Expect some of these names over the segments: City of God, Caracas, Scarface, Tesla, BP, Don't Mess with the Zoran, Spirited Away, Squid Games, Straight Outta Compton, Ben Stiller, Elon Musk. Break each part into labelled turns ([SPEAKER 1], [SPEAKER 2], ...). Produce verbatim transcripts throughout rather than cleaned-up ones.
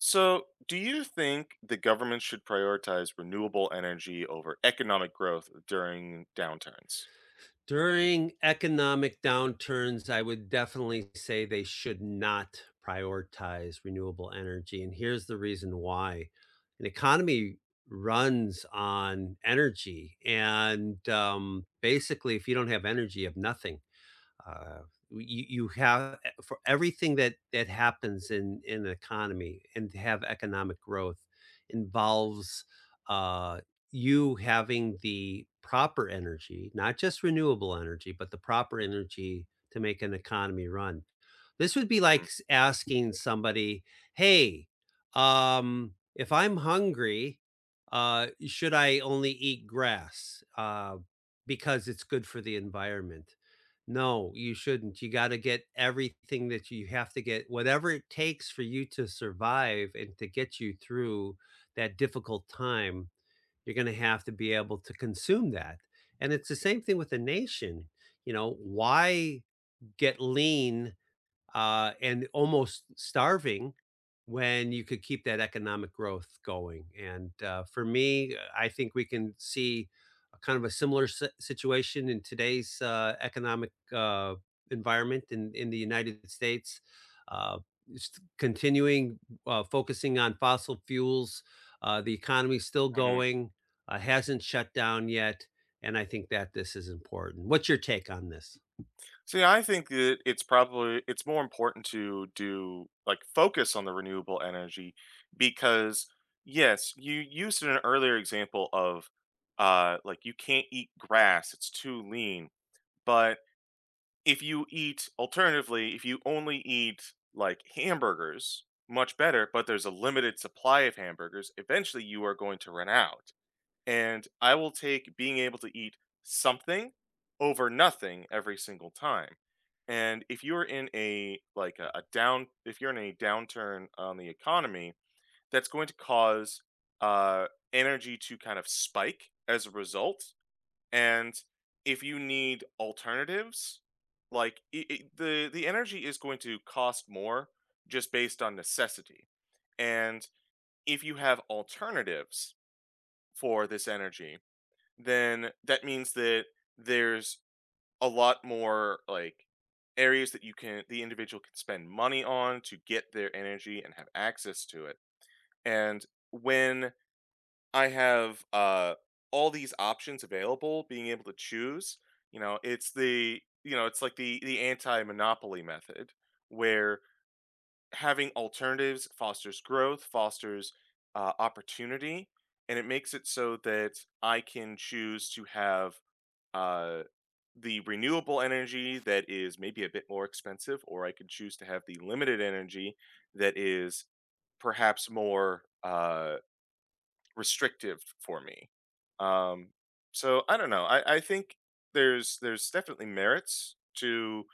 [SPEAKER 1] So, do you think the government should prioritize renewable energy over economic growth during downturns?
[SPEAKER 2] During economic downturns, I would definitely say they should not prioritize renewable energy, and here's the reason why. An economy runs on energy, and, um, basically, if you don't have energy, you have nothing. Uh, you, you have eh, for everything that that happens in in the economy, and to have economic growth involves uh, you having the proper energy, not just renewable energy, but the proper energy to make an economy run. This would be like s- asking somebody, "Hey, um, if I'm hungry, uh, should I only eat grass uh, because it's good for the environment?" No, you shouldn't. You gotta get everything that you have to get, whatever it takes for you to survive and to get you through that difficult time. You're gonna have to be able to consume that. And it's the same thing with a nation. You know, why get lean uh, and almost starving when you could keep that economic growth going. And uh, for me, I think we can see a kind of a similar si- situation in today's uh, economic uh, environment in, in the United States. Uh, just continuing uh, focusing on fossil fuels, uh, the economy's still
[SPEAKER 1] Mm-hmm.
[SPEAKER 2] going, uh, hasn't shut down yet. And I think that this is important. What's your take on this?
[SPEAKER 1] See, I think that it's probably it's more important to do like focus on the renewable energy because yes, you used an earlier example of uh like you can't eat grass, it's too lean, but if you eat alternatively, if you only eat, like, hamburgers, much better, but there's a limited supply of hamburgers, eventually you are going to run out, and I will take being able to eat something over nothing every single time, and if you're in a, like, a a down if you're in a downturn on the economy, that's going to cause, uh, energy to kind of spike as a result, and if you need alternatives, like I I the the energy is going to cost more just based on necessity. And if you have alternatives for this energy, then that means that there's a lot more like areas that you can the individual can spend money on to get their energy and have access to it. And when I have, uh, all these options available, being able to choose, you know, it's the you know, it's like the the anti-monopoly method where having alternatives fosters growth, fosters, uh, opportunity, and it makes it so that I can choose to have, uh, the renewable energy that is maybe a bit more expensive, or I could choose to have the limited energy that is perhaps more, uh restrictive for me. Um, so I don't know. I, I think there's there's definitely merits to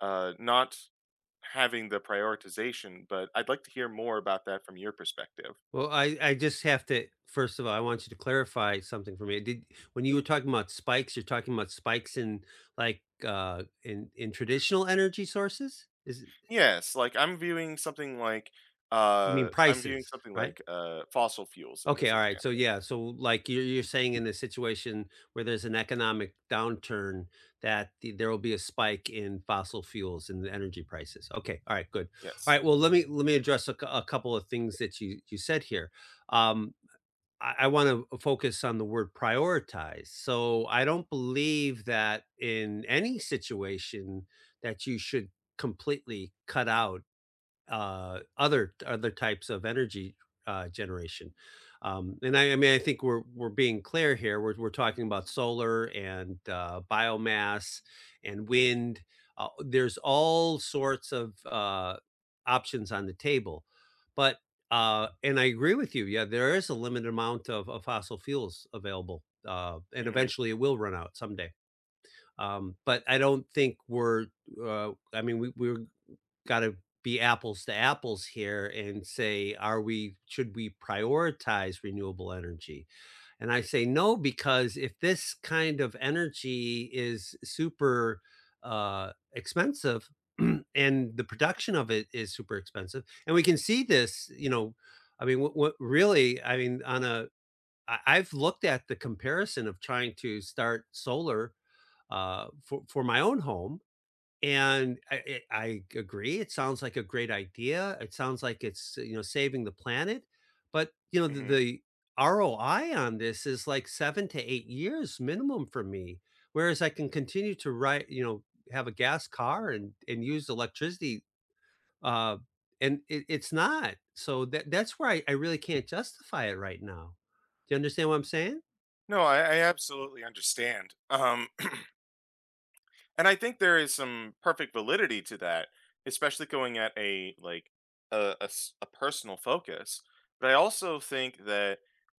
[SPEAKER 1] uh, not having the prioritization, but I'd like to hear more about that from your perspective.
[SPEAKER 2] Well, I I just have to first of all, I want you to clarify something for me. Did when you were talking about spikes, you're talking about spikes in like uh in in traditional energy sources? Is it
[SPEAKER 1] Yes, like I'm viewing something like
[SPEAKER 2] you mean
[SPEAKER 1] uh, I'm viewing
[SPEAKER 2] prices,
[SPEAKER 1] something
[SPEAKER 2] right?
[SPEAKER 1] like uh, fossil fuels in
[SPEAKER 2] Okay,
[SPEAKER 1] this
[SPEAKER 2] all right. So
[SPEAKER 1] example.
[SPEAKER 2] yeah, so like you're you're saying in the situation where there's an economic downturn that the, there will be a spike in fossil fuels and the energy prices. Okay, all right, good. All
[SPEAKER 1] Yes.
[SPEAKER 2] right, well let me let me address a cou- a couple of things that you you said here. Um, I, I want to focus on the word prioritize. So I don't believe that in any situation that you should completely cut out uh, other other types of energy uh, generation. Um, and I, I mean, I think we're we're being clear here. We're we're talking about solar and uh, biomass and wind. Uh, there's all sorts of uh, options on the table, but uh, and I agree with you. Yeah, there is a limited amount of, of fossil fuels available, uh, and
[SPEAKER 1] Hmm.
[SPEAKER 2] eventually it will run out someday. Um, but I don't think we're. Uh, I mean, we, we're gotta be apples to apples here and say, are we should we prioritize renewable energy? And I say no, because if this kind of energy is super uh, expensive and the production of it is super expensive, and we can see this, you know, I mean, what, what really, I mean, on a, I, I've looked at the comparison of trying to start solar uh, for, for my own home, and I I I agree, it sounds like a great idea, it sounds like it's, you know, saving the planet, but, you know, the
[SPEAKER 1] Hmm.
[SPEAKER 2] the R O I on this is like seven to eight years minimum for me, whereas I can continue to write, you know, have a gas car and and use electricity, uh, and it it's not, so that that's where I I really can't justify it right now. Do you understand what I'm saying?
[SPEAKER 1] No, I, I absolutely understand. Um, And I think there is some perfect validity to that, especially going at a like a, a s- a personal focus. But I also think that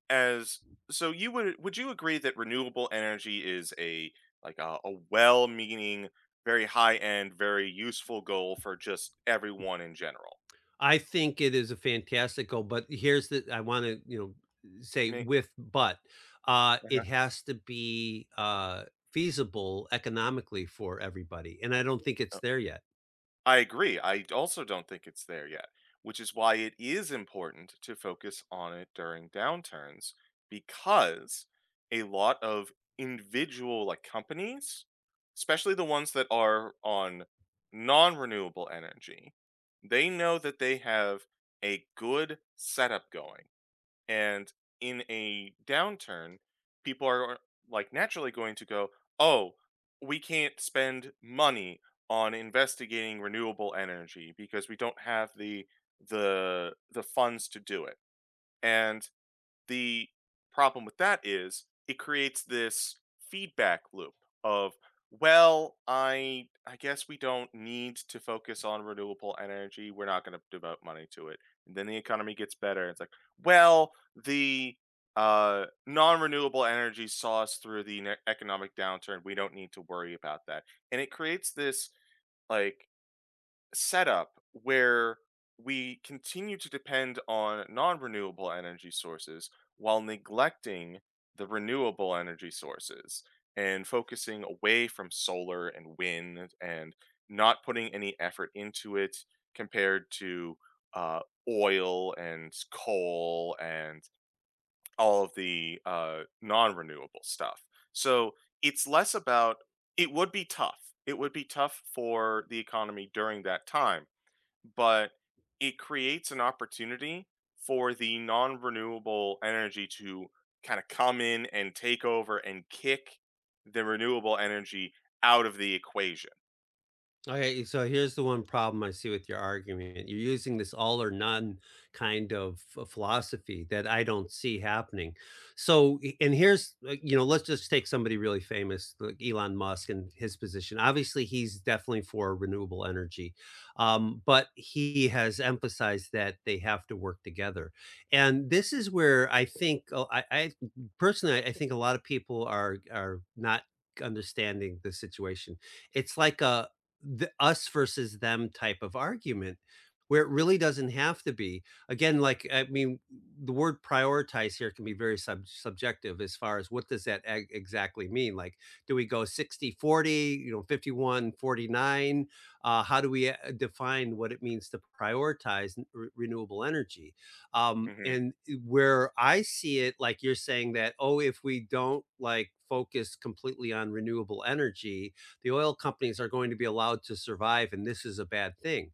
[SPEAKER 1] as so you would would you agree that renewable energy is a like a, a well-meaning, very high-end, very useful goal for just everyone in general?
[SPEAKER 2] I think it is a fantastical, but here's the I want to, you know, say
[SPEAKER 1] Me.
[SPEAKER 2] with but uh it has to be uh feasible economically for everybody. And I don't think
[SPEAKER 1] uh
[SPEAKER 2] it's there yet.
[SPEAKER 1] I agree. I also don't think it's there yet, which is why it is important to focus on it during downturns because a lot of individual like companies, especially the ones that are on non-renewable energy, they know that they have a good setup going and in a downturn, people are uh, like naturally going to go, oh, we can't spend money on investigating renewable energy because we don't have the the the funds to do it. And the problem with that is it creates this feedback loop of, well, I I guess we don't need to focus on renewable energy. We're not going to devote money to it. And then the economy gets better. It's like, well, the uh, non-renewable energy saw us through the ne- economic downturn. We don't need to worry about that. And it creates this like setup where we continue to depend on non-renewable energy sources while neglecting the renewable energy sources and focusing away from solar and wind and not putting any effort into it compared to uh, oil and coal and all of the uh, non-renewable stuff. So it's less about it would be tough. It would be tough for the economy during that time but it creates an opportunity for the non-renewable energy to kind of come in and take over and kick the renewable energy out of the equation.
[SPEAKER 2] Okay, so here's the one problem I see with your argument. You're using this all or none kind of f- philosophy that I don't see happening. So, I- and here's, uh, you know, let's just take somebody really famous, like Elon Musk and his position. Obviously, he's definitely for renewable energy, um, but he has emphasized that they have to work together. And this is where I think, uh, I, I personally, I I think a lot of people are are not understanding the situation. It's like a the us versus them type of argument where it really doesn't have to be again, like I mean the word prioritize here can be very sub- subjective as far as what does that ag- exactly mean, like do we go sixty forty? You know, fifty-one forty-nine. uh, how do we uh, define what it means to prioritize n- re- renewable energy, um,
[SPEAKER 1] Hmm.
[SPEAKER 2] and where I see it, like you're saying that oh, if we don't like focus completely on renewable energy, the oil companies are going to be allowed to survive, and this is a bad thing.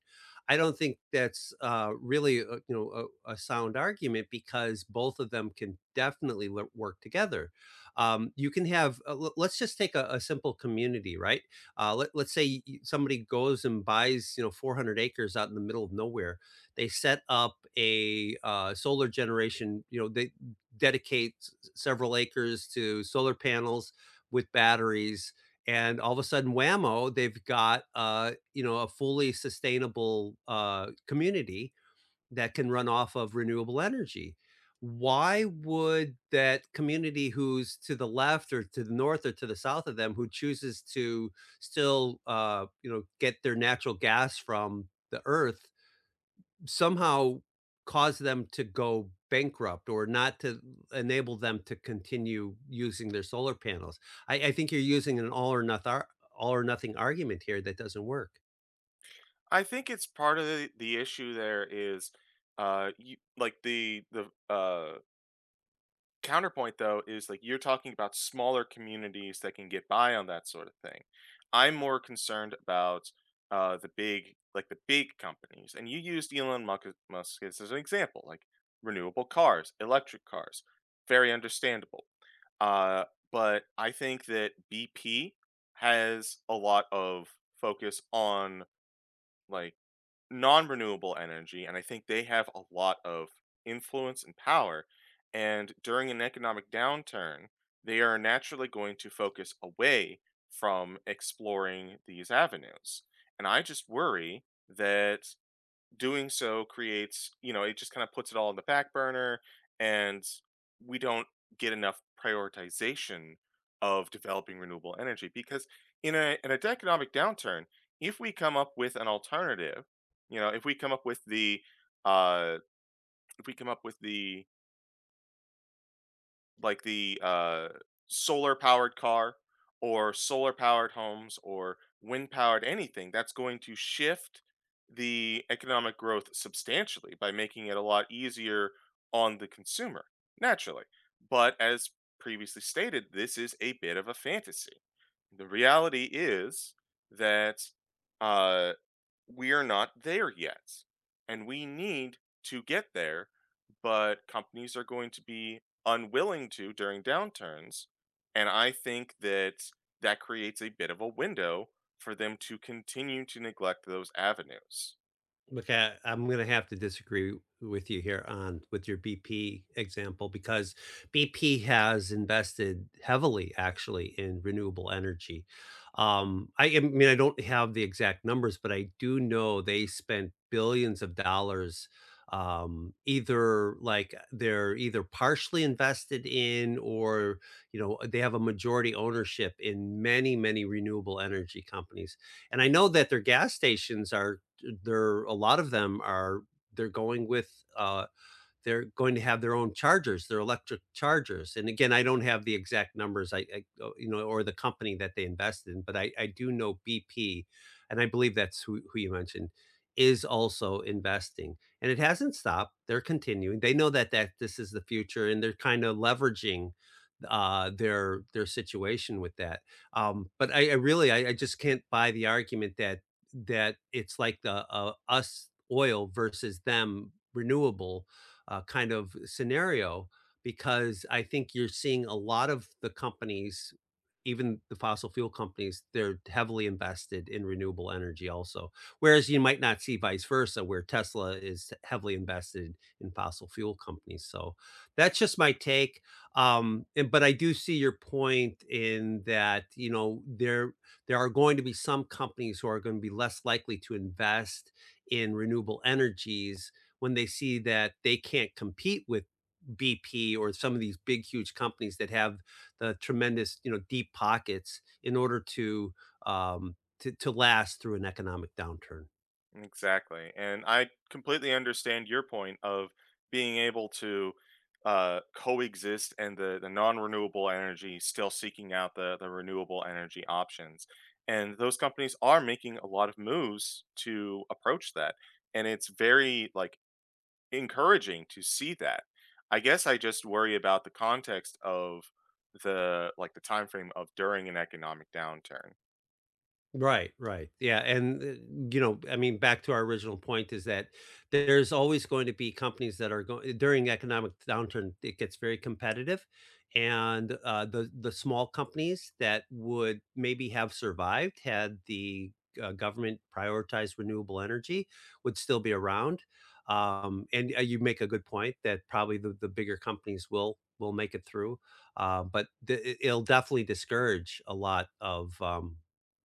[SPEAKER 2] I don't think that's uh, really, a, you know, a, a sound argument, because both of them can definitely lo- work together. Um, you can have, uh, l- let's just take a, a simple community, right? Uh, let, let's say y- somebody goes and buys, you know, four hundred acres out in the middle of nowhere. They set up a uh, solar generation. You know, they dedicate s- several acres to solar panels with batteries, and all of a sudden whammo they've got uh, you know a fully sustainable uh, community that can run off of renewable energy. Why would that community who's to the left or to the north or to the south of them who chooses to still uh, you know get their natural gas from the earth somehow cause them to go bankrupt or not to enable them to continue using their solar panels. I, I think you're using an all or nothing all or nothing argument here that doesn't work.
[SPEAKER 1] I think it's part of the, the issue there is uh you, like the the uh counterpoint though is like you're talking about smaller communities that can get by on that sort of thing. I'm more concerned about uh, the big, like the big companies. And you used Elon Musk, Musk as an example, like renewable cars, electric cars, very understandable. Uh, but I think that B P has a lot of focus on like non-renewable energy and I think they have a lot of influence and power and during an economic downturn they are naturally going to focus away from exploring these avenues and I just worry that doing so creates, you know, it just kind of puts it all on the back burner and we don't get enough prioritization of developing renewable energy because in a in a economic downturn, if we come up with an alternative, you know, if we come up with the uh if we come up with the like the uh, solar powered car or solar powered homes or wind powered anything that's going to shift the economic growth substantially by making it a lot easier on the consumer naturally but as previously stated this is a bit of a fantasy the reality is that uh we are not there yet and we need to get there but companies are going to be unwilling to during downturns and I think that that creates a bit of a window for them to continue to neglect those avenues.
[SPEAKER 2] Okay, I, I'm going to have to disagree with you here on with your B P example, because B P has invested heavily, actually, in renewable energy. Um, I, I mean, I don't have the exact numbers, but I do know they spent billions of dollars, um either like they're either partially invested in or you know they have a majority ownership in many many renewable energy companies, and I know that their gas stations are they're a lot of them are they're going with, uh they're going to have their own chargers, their electric chargers. And again, I don't have the exact numbers, I, I oh, you know, or the company that they invested in, but I, I do know B P, and I believe that's who, who you mentioned, is also investing, and it hasn't stopped. They're continuing. They know that that this is the future, and they're kind of leveraging uh their their situation with that. um but I, I really I, I just can't buy the argument that that it's like the uh, us oil versus them renewable uh, kind of scenario, because I think you're seeing a lot of the companies, even the fossil fuel companies, they're heavily invested in renewable energy also. Whereas you might not see vice versa, where Tesla is heavily invested in fossil fuel companies. So that's just my take. Um, and, but I do see your point in that you know there there are going to be some companies who are going to be less likely to invest in renewable energies when they see that they can't compete with B P or some of these big, huge companies that have the tremendous, you know, deep pockets in order to, um, to, to last through an economic downturn.
[SPEAKER 1] Exactly. And I completely understand your point of being able to uh, coexist and the, the non renewable energy still seeking out the, the renewable energy options. And those companies are making a lot of moves to approach that. And it's very like encouraging to see that. I guess I just worry about the context of the like the time frame of during an economic downturn.
[SPEAKER 2] Right, right. Yeah, and, uh, you know, I mean, back to our original point is that there's always going to be companies that are going during economic downturn, it gets very competitive, and, uh, the the small companies that would maybe have survived had the, uh, government prioritized renewable energy would still be around, um, and, uh, you make a good point that probably the the bigger companies will will make it through, uh, but the it it'll definitely discourage a lot of, um,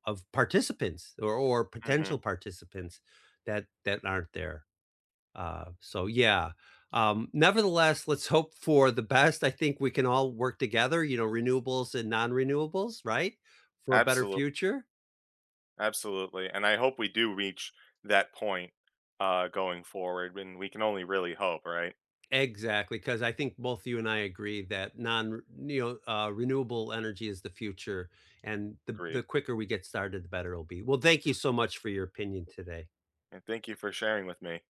[SPEAKER 2] of participants or or
[SPEAKER 1] Hmm.
[SPEAKER 2] potential participants that that aren't there. Uh, so yeah. Um, nevertheless, let's hope for the best. I think we can all work together, you know, renewables and non-renewables, right? For a better
[SPEAKER 1] Absolutely.
[SPEAKER 2] future.
[SPEAKER 1] Absolutely, and I hope we do reach that point, uh, going forward, and we can only really hope, right?
[SPEAKER 2] Exactly, because I think both you and I agree that non, you know, uh, renewable energy is the future, and the
[SPEAKER 1] Agreed,
[SPEAKER 2] the quicker we get started, the better it'll be. Well, thank you so much for your opinion today.
[SPEAKER 1] and thank you for sharing with me.